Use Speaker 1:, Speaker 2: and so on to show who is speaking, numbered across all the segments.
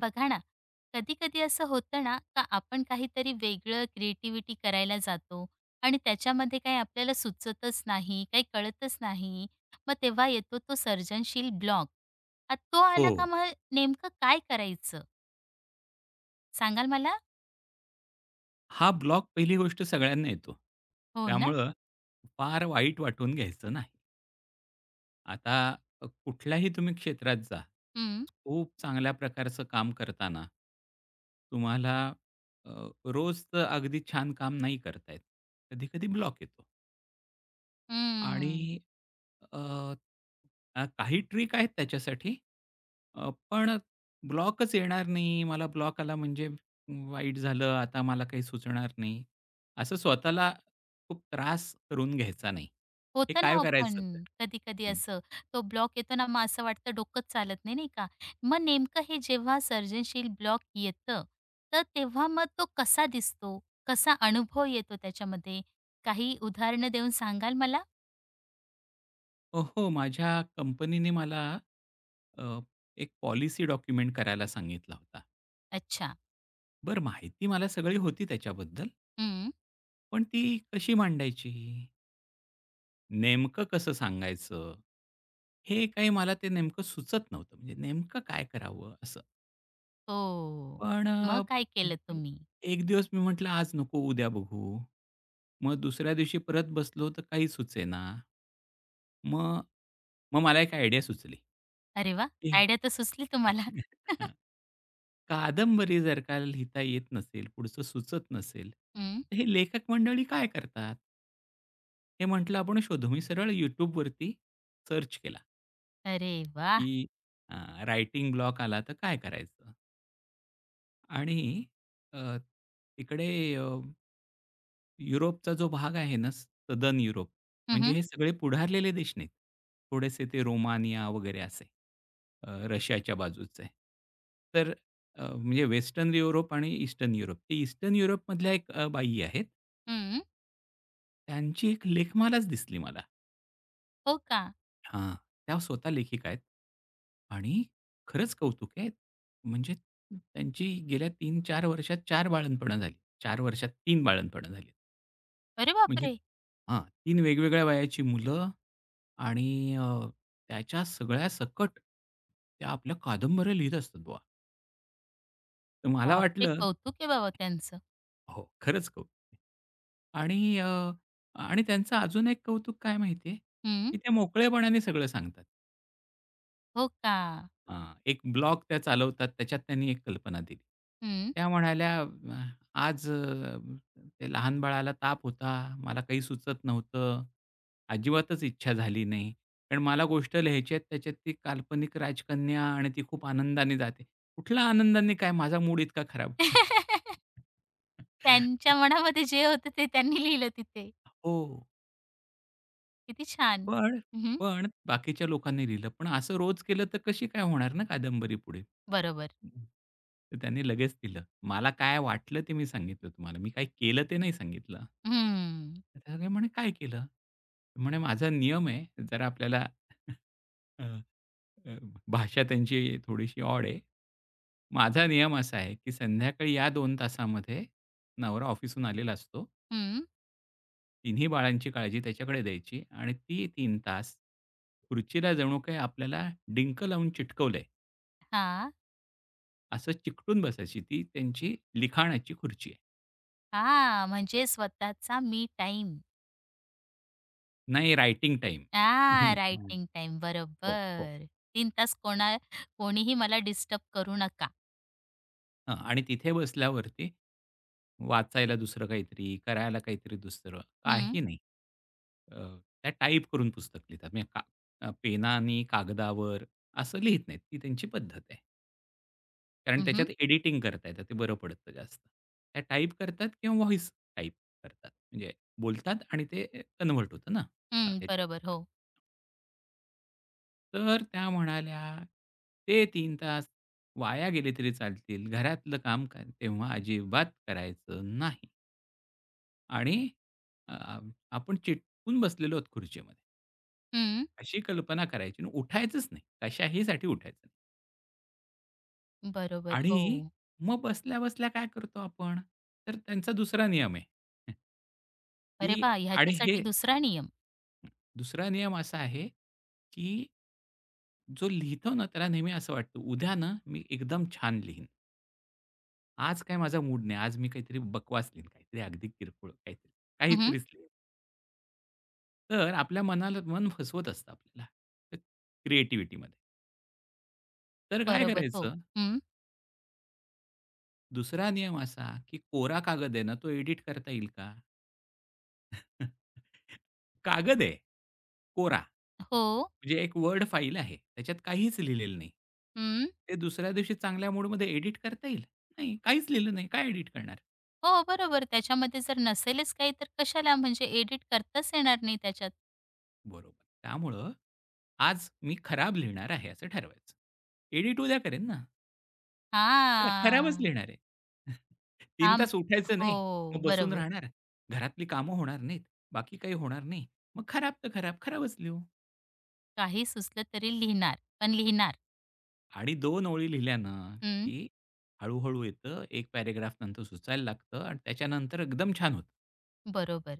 Speaker 1: बघा ना, कधी-कधी असं होतं ना, का आपण काहीतरी वेगळं क्रिएटिव्हिटी करायला जातो आणि त्याच्यामध्ये काही आपल्याला सुचतच नाही, काही कळतच नाही. मग तेव्हा येतो तो सर्जनशील ब्लॉग. तो
Speaker 2: हो.
Speaker 1: आला का मग नेमकं काय करायचं सांगाल मला?
Speaker 2: हा ब्लॉक पहिली गोष्ट सगळ्यांना येतो.
Speaker 1: हो ना?
Speaker 2: त्यामुळं फार वाईट वाटून घ्यायचं नाही. आता कुठल्याही तुम्ही क्षेत्रात जा.
Speaker 1: हं,
Speaker 2: खूप चांगल्या प्रकारचं काम करताना तुम्हाला अ, रोज तर अगदी छान काम नाही करता येत. कधी-कधी ब्लॉक येतो. आणि
Speaker 1: हं.
Speaker 2: अ, अ, काही ट्रिक आहेत त्याच्यासाठी. पण ब्लॉकच येणार नाही. मला ब्लॉक आला म्हणजे वाईट झालं, आता मला काही सुचणार नाही. असं स्वतःला खूप त्रास करून घ्यायचा नाही. हे
Speaker 1: होतं ना,
Speaker 2: काय
Speaker 1: हो
Speaker 2: करायचं तर?
Speaker 1: पण कधी-कधी
Speaker 2: हं.
Speaker 1: असं. तो ब्लॉक येतो ना, मग असं वाटतं डोकंच चालत नाही, नाही का? मग नेमकं हे जेव्हा सर्जनशील ब्लॉक येतं, तर तेव्हा मग तो कसा दिसतो? कसा अनुभव येतो त्याच्यामध्ये? काही उदाहरणं देऊन सांगाल मला?
Speaker 2: हो, हो. माझ्या कंपनीने मला अ, एक पॉलिसी डॉक्युमेंट करायला सांगितला होता.
Speaker 1: अच्छा.
Speaker 2: बरं माहिती मला सगळी होती त्याच्याबद्दल,
Speaker 1: हं.
Speaker 2: पण ती कशी मांडायची? नेमकं कसं सांगायचं? हे काही मला ते नेमकं सुचत नव्हतं. म्हणजे नेमकं काय करावं असं.
Speaker 1: हो.
Speaker 2: पण
Speaker 1: मग काय केलं तुम्ही?
Speaker 2: एक दिवस मी म्हटलं, "आज नको, उद्या बघू." मग दुसऱ्या दिवशी परत बसलो तर काही सुचेना. मग मग मला एक आयडिया सुचली.
Speaker 1: अरे वाह!
Speaker 2: की
Speaker 1: आयडिया तर सुचली तुम्हाला.
Speaker 2: हां, कादंबरी जर का लिहिता येत नसेल, पुढचं सुचत नसेल,
Speaker 1: हं.
Speaker 2: तर हे लेखक मंडळी काय करतात? हे म्हटलं आपण शोधू. मी सरळ YouTubeवरती सर्च केला.
Speaker 1: अरे वाह!
Speaker 2: की रायटिंग ब्लॉक आला तर काय करायचं? आणि अ, तिकडे अ, युरोपचा जो भाग आहे ना, सदन युरोप, म्हणजे
Speaker 1: हं.
Speaker 2: हे सगळे पुढारलेले देश नाहीत. थोडेसे ते रोमानिया वगैरे असे रशियाच्या बाजूचे. तर म्हणजे वेस्टर्न युरोप आणि ईस्टर्न युरोप. ते ईस्टर्न युरोपमधल्या एक बाई आहेत.
Speaker 1: हं.
Speaker 2: त्यांची एक लेखमालाच दिसली मला.
Speaker 1: हो का?
Speaker 2: हां. त्या स्वतः लेखिका आहेत. आणि खरंच कौतुक आहे. म्हणजे त्यांची गेल्या 3-4 वर्षात 4 बाळंतपणं झाली. 4 वर्षात 3 बाळंतपणं झाली.
Speaker 1: अरे
Speaker 2: म्हणजे
Speaker 1: बापरे!
Speaker 2: हां, 3 वेगवेगळ्या वयाची मुलं आणि अ, त्याच्या सगळ्या सकट त्या आपल्या कादंबऱ्या लिहीत असतात बुवा. तर मला
Speaker 1: बापरे!
Speaker 2: वाटलं
Speaker 1: कौतुक आहे बाबा त्यांचं.
Speaker 2: हो, खरंच कौतुक आहे. आणि अ, आणि त्यांचं अजून एक कौतुक काय माहिती आहे,
Speaker 1: हं.
Speaker 2: की ते मोकळेपणाने सगळं सांगतात.
Speaker 1: हो का?
Speaker 2: हां, एक ब्लॉग त्या चालवतात त्याच्यात त्यांनी एक कल्पना दिली.
Speaker 1: हं.
Speaker 2: त्या म्हणाल्या, आज ते लहान बाळाला ताप होता, मला काही सुचत नव्हतं. अजिबातच इच्छा झाली नाही. पण मला गोष्ट लिहायची आहे त्याच्यात ती काल्पनिक राजकन्या आणि ती खूप आनंदाने जाते." कुठल्या आनंदाने काय माझा मूड इतका खराब.
Speaker 1: त्यांच्या मनामध्ये जे होतं ते त्यांनी लिहिलं तिथे.
Speaker 2: हो.
Speaker 1: किती छान.
Speaker 2: पण,
Speaker 1: हं,
Speaker 2: पण बाकीच्या लोकांनी लिहिलं. पण असं रोज केलं तर कशी काय होणार ना कादंबरी पुढे?
Speaker 1: बरोबर.
Speaker 2: हं. तर त्यांनी लगेच दिलं. मला काय वाटलं ते मी सांगितलं तुम्हाला. मी काय केलं ते नाही सांगितलं.
Speaker 1: हं,
Speaker 2: तर ते सगळे म्हणे, "काय केलं?" म्हणे, "माझा नियम आहे जरा आपल्याला अ, अ, भाषा त्यांची थोडीशी ऑड आहे. माझा नियम असा आहे, की संध्याकाळी या 2 तासामध्ये नवरा ऑफिसहून आलेला असतो.
Speaker 1: हं.
Speaker 2: तिन्ही बाळांची काळजी त्याच्याकडे द्यायची आणि ती तीन तास खुर्चीला जणू काही आपल्याला डिंक लावून चिटकवलंय,
Speaker 1: हां,
Speaker 2: असं चिकटून बसायची. ती त्यांची लिखाणाची खुर्ची आहे.
Speaker 1: हां. म्हणजे स्वतःचा मी टाइम.
Speaker 2: नाही रायटिंग टाईम.
Speaker 1: हां, रायटिंग टाईम.
Speaker 2: हो, हो.
Speaker 1: बरोबर. 3 तास कोणा कोणीही मला डिस्टर्ब करू नका.
Speaker 2: हां आणि तिथे बसल्यावरती वाचायला दुसरं काहीतरी, करायला काहीतरी दुसरं,
Speaker 1: हं,
Speaker 2: काही नाही. अ, त्या टाइप करून पुस्तक लिहितात. म्हणजे का पेनानी कागदावर असं लिहित नाहीत. ती त्यांची पद्धत आहे. कारण
Speaker 1: हं,
Speaker 2: त्याच्यात
Speaker 1: हं.
Speaker 2: एडिटिंग करता येतं. ते बरं पडतं जास्त. त्या टाइप करतात किंवा व्हॉईस टाइप करतात. म्हणजे बोलतात आणि ते कन्व्हर्ट होतं ना
Speaker 1: हं,
Speaker 2: ह्याच्यात.
Speaker 1: बरोबर. हो.
Speaker 2: तर त्या म्हणाल्या, "ते तीन तास वाया गेले तरी चालतील. घरातलं काम काय तेव्हा अजिबात करायचं नाही." आणि अ, आपण चिटकून बसलेलो आहोत खुर्चीमध्ये.
Speaker 1: हं,
Speaker 2: अशी कल्पना करायची आणि उठायचंच नाही. कशाही साठी उठायचं नाही.
Speaker 1: बरोबर. हो.
Speaker 2: आणि मग बसल्या-बसल्या काय करतो आपण? तर त्यांचा दुसरा नियम आहे. की
Speaker 1: अरे वाह!
Speaker 2: आणि हे
Speaker 1: ह्याच्यासाठी दुसरा नियम.
Speaker 2: दुसरा नियम असा आहे, की जो लिहितो ना त्याला नेहमी असं वाटतं, उद्या ना मी एकदम छान लिहीन. आज काय माझा मूड नाही. आज मी काहीतरी बकवास लिहीन, काहीतरी अगदी किरकोळ काहीतरी,
Speaker 1: हं,
Speaker 2: काहीतरीच लिहीन. तर आपल्या मनाला मन फसवत असतं आपल्याला क्रिएटिव्हिटीमध्ये. तर काय
Speaker 1: बरोबर. हो.
Speaker 2: करायचं?
Speaker 1: हं,
Speaker 2: दुसरा नियम असा, की कोरा कागद आहे ना तो एडिट करता येईल का? कागद आहे, कोरा.
Speaker 1: हो.
Speaker 2: म्हणजे एक वर्ड फाईल आहे. त्याच्यात काहीच लिहिलेलं नाही.
Speaker 1: हं.
Speaker 2: ते दुसऱ्या दिवशी चांगल्या मूडमध्ये एडिट करता येईल? नाही. काहीच लिहिलं नाही. काय एडिट करणार?
Speaker 1: हो, बरोबर. त्याच्यामध्ये जर नसेलच काही तर कशाला म्हणजे एडिट करताच येणार नाही त्याच्यात.
Speaker 2: बरोबर. त्यामुळं आज मी खराब लिहिणार आहे असं ठरवायचं. एडिट उद्या करेन ना. तर खराबच
Speaker 1: हां.
Speaker 2: लिहिणार आहे. 3
Speaker 1: थांब.
Speaker 2: तास उठायचं नाही.
Speaker 1: हो,
Speaker 2: मग बसून
Speaker 1: बरोबर.
Speaker 2: राहणार. घरातली कामं होणार नाहीत. बाकी काही होणार नाही. मग खराब तर खराब, खराबच लिहू.
Speaker 1: काही सुचलं तरी लिहिणार, पण लिहिणार.
Speaker 2: आणि 2 ओळी लिहिल्या ना,
Speaker 1: हं,
Speaker 2: की हळू-हळू येतं. एक पॅराग्राफ नंतर सुचायला लागतं आणि त्याच्यानंतर एकदम छान होतं.
Speaker 1: बरोबर.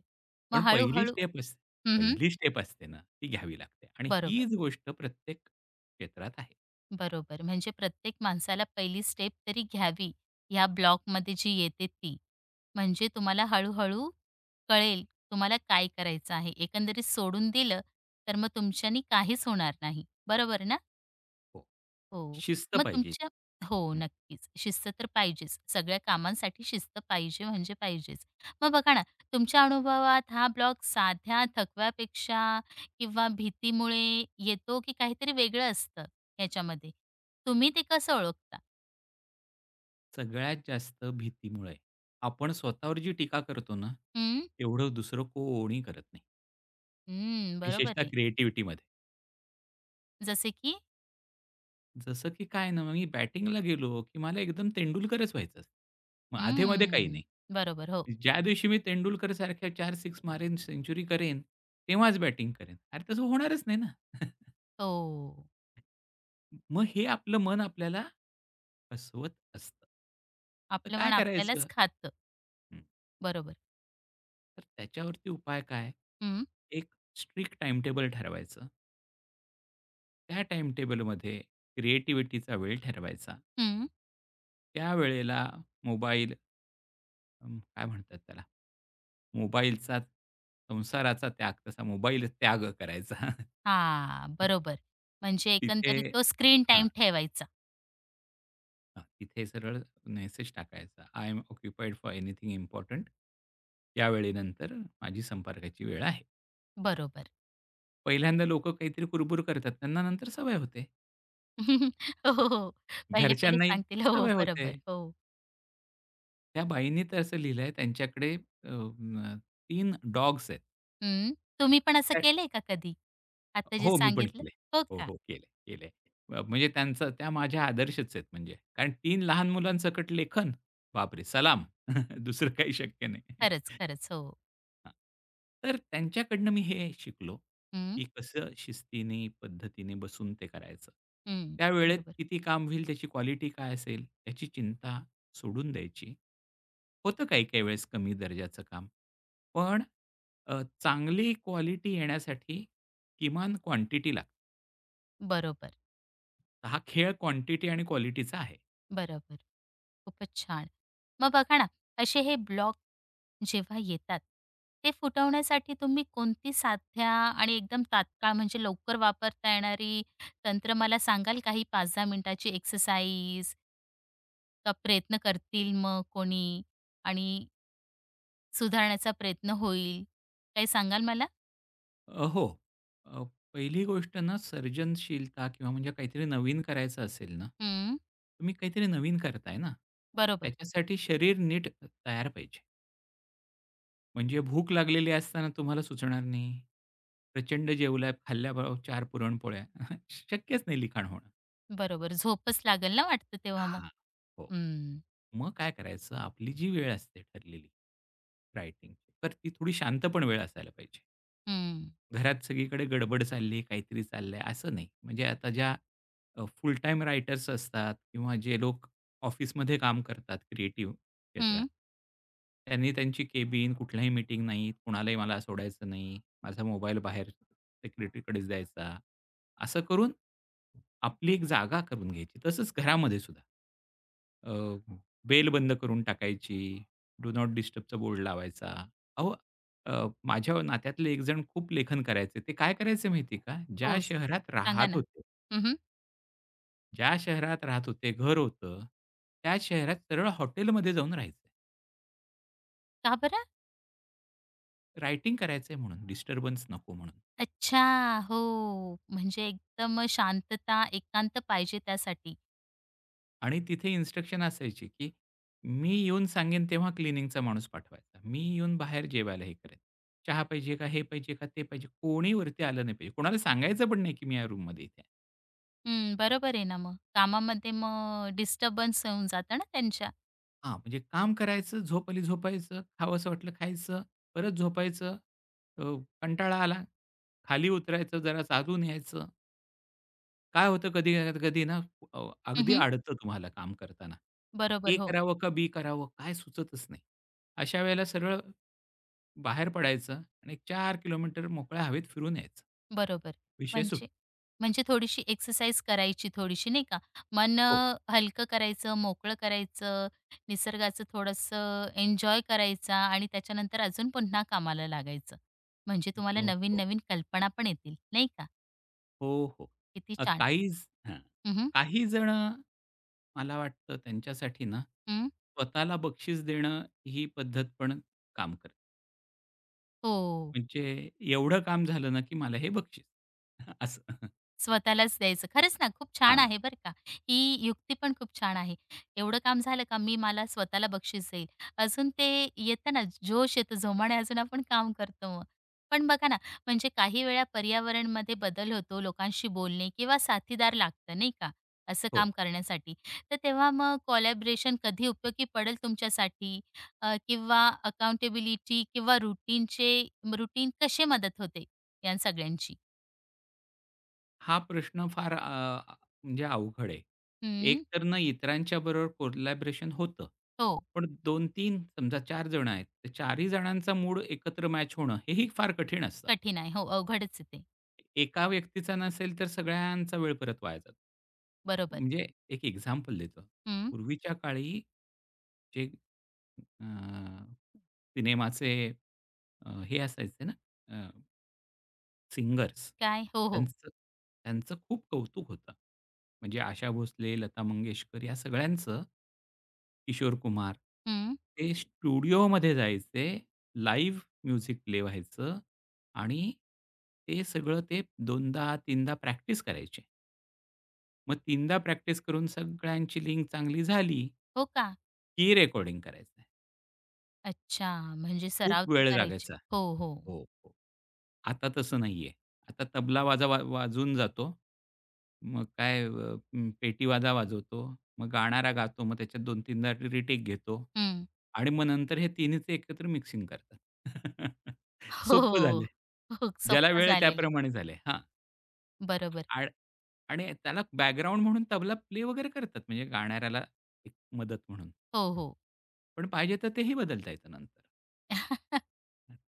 Speaker 1: मग
Speaker 2: पण पहिली
Speaker 1: हळू-हळू.
Speaker 2: स्टेप असते
Speaker 1: हं, हं.
Speaker 2: पहिली स्टेप असते ना, ती घ्यावी लागते आणि
Speaker 1: बरोबर,
Speaker 2: हीच गोष्ट प्रत्येक क्षेत्रात आहे.
Speaker 1: बरोबर. म्हणजे प्रत्येक माणसाला पहिली स्टेप तरी घ्यावी, ह्या ब्लॉकमध्ये जी येते ती. म्हणजे तुम्हाला हळू कळेल तुम्हाला काय करायचं आहे. एकंदरीत सोडून दिलं, तर मग तुमच्यानी काहीच होणार नाही. बरोबर ना?
Speaker 2: हो.
Speaker 1: हो.
Speaker 2: शिस्त
Speaker 1: मग
Speaker 2: पाहिजे.
Speaker 1: तुमच्या. हो,
Speaker 2: हं.
Speaker 1: नक्कीच. शिस्त तर पाहिजेच. सगळ्या कामांसाठी शिस्त पाहिजे म्हणजे पाहिजेच. मग बघा ना, तुमच्या अनुभवात हा ब्लॉग साध्या थकव्यापेक्षा किंवा भीतीमुळे येतो की काहीतरी वेगळं असतं ह्याच्यामध्ये? तुम्ही ते कसं ओळखता?
Speaker 2: सगळ्यात जास्त भीतीमुळे आपण स्वतःवर जी टीका करतो ना,
Speaker 1: हं,
Speaker 2: तेवढं दुसरं कोणी करत नाही.
Speaker 1: हं, बरोबर
Speaker 2: विशेषतः
Speaker 1: आहे.
Speaker 2: क्रिएटिव्हिटीमध्ये.
Speaker 1: जसे की?
Speaker 2: जसं की काय ना, मग मी बॅटिंगला गेलो, की मला एकदम तेंडुलकरच व्हायचं असतं. मग अधेमधे काही
Speaker 1: हं,
Speaker 2: नाही.
Speaker 1: बरोबर. हो,
Speaker 2: ज्या दिवशी मी तेंडुलकरसारख्या 4 सिक्स मारेन, सेंच्युरी करेन, तेव्हाच बॅटिंग करेन. अरे तसं होणारच नाही ना.
Speaker 1: हो.
Speaker 2: मग हे आपलं मन आपल्याला फसवत असतं. तर
Speaker 1: आपलं
Speaker 2: काय
Speaker 1: मन
Speaker 2: करायचं?
Speaker 1: आपल्यालाच खातं.
Speaker 2: हं.
Speaker 1: बरोबर.
Speaker 2: तर त्याच्यावरती उपाय काय?
Speaker 1: हं,
Speaker 2: एक स्ट्रिक्ट टाईमटेबल ठरवायचं. त्या टाईमटेबलमध्ये क्रिएटिव्हिटीचा वेळ ठरवायचा.
Speaker 1: हं.
Speaker 2: त्या वेळेला मोबाईल काय म्हणतात त्याला? मोबाईलचा संसाराचा त्याग तसा मोबाईल त्याग करायचा.
Speaker 1: हां, बरोबर. म्हणजे
Speaker 2: तिथे
Speaker 1: एकंदरीत तो स्क्रीन
Speaker 2: हां,
Speaker 1: टाईम ठेवायचा.
Speaker 2: हां. तिथे सरळ मेसेज टाकायचा. I am occupied for anything important. या वेळेनंतर माझी संपर्काची वेळ आहे.
Speaker 1: बरोबर.
Speaker 2: पहिल्यांदा लोकं काहीतरी कुरबुर करतात. त्यांना नंतर सवय होते.
Speaker 1: हो, हो, हो. पहिले-पहिले
Speaker 2: घरच्यांनाही
Speaker 1: सांगतील. हो, हो.
Speaker 2: सवय होते.
Speaker 1: बरोबर. हो.
Speaker 2: त्या बाईंनी तर असं लिहिलंय त्यांच्याकडे 3 डॉग्स आहेत.
Speaker 1: हं. तुम्ही पण असं केलंय का कधी? आता जे
Speaker 2: हो, मी पण
Speaker 1: सांगितलं?
Speaker 2: केले,
Speaker 1: हो
Speaker 2: हो,
Speaker 1: का?
Speaker 2: हो, केले, केले, म्हणजे त्यांचं त्या माझ्या आदर्शच आहेत म्हणजे. कारण 3 लहान मुलांसकट लेखन, बापरे! सलाम. दुसरं काही शक्य नाही.
Speaker 1: खरंच, खरंच. हो.
Speaker 2: हां. तर त्यांच्याकडनं मी हे शिकलो,
Speaker 1: हं,
Speaker 2: की कसं शिस्तीने, पद्धतीने बसून ते करायचं.
Speaker 1: हं.
Speaker 2: त्यावेळेत
Speaker 1: बरोबर.
Speaker 2: किती काम होईल, त्याची क्वालिटी काय असेल, याची चिंता सोडून द्यायची. होतं काही-काही वेळेस कमी दर्जाचं काम. पण चांगली क्वालिटी येण्यासाठी किमान क्वांटिटी लागते.
Speaker 1: बरोबर,
Speaker 2: हा खेळ क्वांटिटी आणि क्वालिटीचा आहे.
Speaker 1: बरोबर. खूपच छान. मग बघा ना, असे हे ब्लॉग जेव्हा येतात, ते फुटवण्यासाठी तुम्ही कोणती साध्या आणि एकदम तात्काळ म्हणजे लवकर वापरता येणारी तंत्र मला सांगाल का? ही 5 मिनिटाची एक्सरसाइज का प्रयत्न करतील मग कोणी? आणि सुधारण्याचा प्रयत्न होईल. काही सांगाल मला?
Speaker 2: हो. अ, पहिली गोष्ट ना सर्जनशीलता किंवा म्हणजे काहीतरी नवीन करायचं असेल ना,
Speaker 1: हं.
Speaker 2: तुम्ही काहीतरी नवीन करताय ना,
Speaker 1: बरोबर,
Speaker 2: त्याच्यासाठी शरीर नीट तयार पाहिजे. म्हणजे भूक लागलेली असताना तुम्हाला सुचणार नाही. प्रचंड जेवलाय, खाल्ल्याबरोबर 4 पुरणपोळ्या शक्यच नाही लिखाण होणं.
Speaker 1: बरोबर. झोपच लागेल ना वाटतं तेव्हा मग.
Speaker 2: हां. हो.
Speaker 1: हं,
Speaker 2: मग काय करायचं आपली जी वेळ असते ठरलेली, रायटिंगची, तर ती थोडी शांत पण वेळ असायला पाहिजे.
Speaker 1: हं,
Speaker 2: घरात सगळीकडे गडबड चालली आहे, काहीतरी चाललंय असं नाही. म्हणजे आता ज्या फुल टाईम रायटर्स असतात किंवा जे लोक ऑफिसमध्ये काम करतात क्रिएटिव्ह क्षेत्रात,
Speaker 1: हं.
Speaker 2: त्यांनी त्यांची केबिन, कुठल्याही मीटिंग नाही, कुणालाही मला सोडायचं नाही, माझा मोबाईल बाहेर सेक्रेटरीकडेच द्यायचा. असं करून आपली एक जागा करून घ्यायची. तसंच घरामध्ये सुद्धा. अ, बेल बंद करून टाकायची, डू नॉट डिस्टर्बचा बोर्ड लावायचा. अहो माझ्या नात्यातले एकजण खूप लेखन करायचे. ते काय करायचे माहिती आहे का?
Speaker 1: हो, सांगा ना. हं, हं.
Speaker 2: ज्या शहरात राहत होते, घर होतं, त्याच शहरात सरळ हॉटेलमध्ये जाऊन राहायचे.
Speaker 1: का बरं?
Speaker 2: रायटिंग करायचंय म्हणून, डिस्टर्बन्स नको म्हणून.
Speaker 1: अच्छा. हो, म्हणजे एकदम शांतता, एकांत पाहिजे त्यासाठी.
Speaker 2: आणि तिथे इन्स्ट्रक्शन असायची, की मी येऊन सांगेन तेव्हा क्लिनिंगचा माणूस पाठवायचा. मी येऊन बाहेर जेवायला हे करेन. चहा पाहिजे का? हे पाहिजे का? ते पाहिजे. कोणी वरती आलं नाही पाहिजे. कोणाला सांगायचं पण नाही, की मी या रूममध्ये इथे आहे.
Speaker 1: हं, बरोबर आहे ना मग. कामामध्ये मग डिस्टर्बन्स होऊन जातं ना त्यांच्या.
Speaker 2: हां, म्हणजे काम करायचं, झोप आली झोपायचं, खावंसं वाटलं खायचं, परत झोपायचं, अ, कंटाळा आला, खाली उतरायचं, जरा चालून यायचं. काय होतं कधी-कधी ना अ,
Speaker 1: हं,
Speaker 2: अगदी
Speaker 1: हं.
Speaker 2: अडतं तुम्हाला काम करताना. ए
Speaker 1: बरोबर, हो.
Speaker 2: करावं का बी करावं काय सुचतच नाही. अशा वेळेला सरळ बाहेर पडायचं आणि एक 4 किलोमीटर मोकळ्या हवेत फिरून यायचं.
Speaker 1: बरोबर.
Speaker 2: विषय सुटतो.
Speaker 1: म्हणजे म्हणजे थोडीशी एक्सरसाइज करायची थोडीशी नाही का. मन
Speaker 2: हो.
Speaker 1: हलकं करायचं, मोकळं करायचं, निसर्गाचं थोडंसं एन्जॉय करायचा आणि त्याच्यानंतर अजून पुन्हा कामाला लागायचं. म्हणजे तुम्हाला
Speaker 2: हो, हो.
Speaker 1: नवीन-नवीन कल्पना पण येतील, नाही का.
Speaker 2: हो, हो.
Speaker 1: किती
Speaker 2: अ,
Speaker 1: छान.
Speaker 2: काही हां.
Speaker 1: हं, हं.
Speaker 2: काही जणं मला वाटतं त्यांच्यासाठी ना, स्वतःला बक्षीस देणं ही पद्धत पण काम करते.
Speaker 1: हो.
Speaker 2: म्हणजे एवढं काम झालं ना, की मला हे बक्षीस असं.
Speaker 1: स्वतःलाच द्यायचं. खरंच ना, खूप छान
Speaker 2: हां,
Speaker 1: आहे बरं का. ही युक्ती पण खूप छान आहे. एवढं काम झालं का मी मला स्वतःला बक्षीस देईल. अजून ते येतं ना जोश येतो, जोमाने अजून आपण काम करतो मग. पण बघा ना, म्हणजे काही वेळा पर्यावरणमध्ये बदल होतो, लोकांशी बोलणे किंवा साथीदार लागतं नाही का, असं
Speaker 2: हो.
Speaker 1: काम करण्यासाठी. तर तेव्हा मग कोलॅबोरेशन कधी उपयोगी पडेल तुमच्यासाठी, किंवा अकाउंटेबिलिटी किंवा रुटीनचे रुटीन कशी मदत होते या सगळ्यांची?
Speaker 2: हा प्रश्न फार अ, अ, म्हणजे अवघड आहे. एक
Speaker 1: हं,
Speaker 2: तर ना, इतरांच्या बरोबर कोलॅबोरेशन होतं.
Speaker 1: हो.
Speaker 2: पण 2-3 समजा 4 जण आहेत. तर 4ही जणांचा मूड एकत्र मॅच होणं हेही फार कठीण असतं.
Speaker 1: कठीण आहे. हो, अवघडच आहे ते.
Speaker 2: एका व्यक्तीचा नसेल तर सगळ्यांचा वेळ परत वाया जातो.
Speaker 1: बरोबर.
Speaker 2: म्हणजे एक एक्झाम्पल देतो.
Speaker 1: हं.
Speaker 2: पूर्वीच्या काळी जे अ, सिनेमाचे हे असायचे ना, सिंगर्स
Speaker 1: काय? हो, हो.
Speaker 2: त्यांचं त्यांचं खूप कौतुक होतं. म्हणजे आशा भोसले, लता मंगेशकर या सगळ्यांचं, किशोर कुमार,
Speaker 1: हं.
Speaker 2: ते स्टुडिओमध्ये जायचे, लाईव्ह म्युझिक प्ले व्हायचं आणि ते सगळं ते 2दा 3दा प्रॅक्टिस करायचे. मग 3दा प्रॅक्टिस करून सगळ्यांची लिंक चांगली झाली,
Speaker 1: हो का?
Speaker 2: की रेकॉर्डिंग करायचं.
Speaker 1: अच्छा. म्हणजे
Speaker 2: खूप
Speaker 1: सराव तर
Speaker 2: वेळ लागायचा.
Speaker 1: करायची. हो, हो.
Speaker 2: हो, हो. आता तसं नाहीये. आता तबला वाजा वा वाजून जातो. मग काय पेटीवाजा वाजवतो. मग गाणारा गातो. मग त्याच्यात दोन 3 दा रिटेक घेतो.
Speaker 1: हं.
Speaker 2: आणि मग नंतर हे तिन्हीचं एकत्र मिक्सिंग करतात.
Speaker 1: हो,
Speaker 2: सोपं
Speaker 1: हो.
Speaker 2: झालंय.
Speaker 1: हो,
Speaker 2: ज्याला
Speaker 1: सोप्प
Speaker 2: वेळ आहे
Speaker 1: झालेली.
Speaker 2: त्याप्रमाणे झालंय. हां.
Speaker 1: बरोबर.
Speaker 2: आण आणि त्याला बॅकग्राऊंड म्हणून तबला प्ले वगैरे करतात म्हणजे गाणाऱ्याला एक मदत म्हणून.
Speaker 1: हो, हो.
Speaker 2: पण पाहिजे तर तेही बदलता येतं नंतर.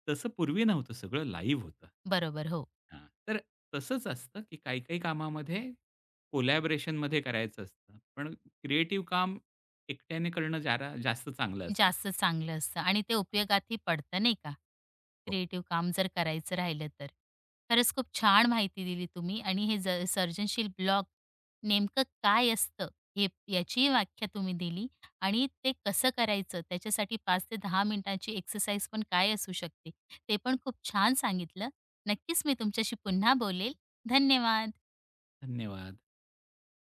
Speaker 2: तसं पूर्वी नव्हतं, सगळं लाईव्ह होतं.
Speaker 1: बरोबर. हो.
Speaker 2: हां, तर तसंच असतं, की काही-काही कामामध्ये कोलॅबोरेशनमध्ये करायचं असतं. पण क्रिएटिव्ह काम एकट्याने करणं जरा जास्त चांगलं असतं.
Speaker 1: जास्त चांगलं असतं आणि ते उपयोगातही पडतं नाही का?
Speaker 2: हो.
Speaker 1: क्रिएटिव्ह काम जर करायचं राहिलं तर. खरंच खूप छान माहिती दिली तुम्ही आणि हे ज सर्जनशील ब्लॉग नेमकं काय असतं, हे याचीही व्याख्या तुम्ही दिली आणि ते कसं करायचं, त्याच्यासाठी 5 ते 10 मिनिटांची एक्सरसाइज पण काय असू शकते, ते पण खूप छान सांगितलं. नक्कीच मी तुमच्याशी पुन्हा बोलेल. धन्यवाद.
Speaker 2: धन्यवाद.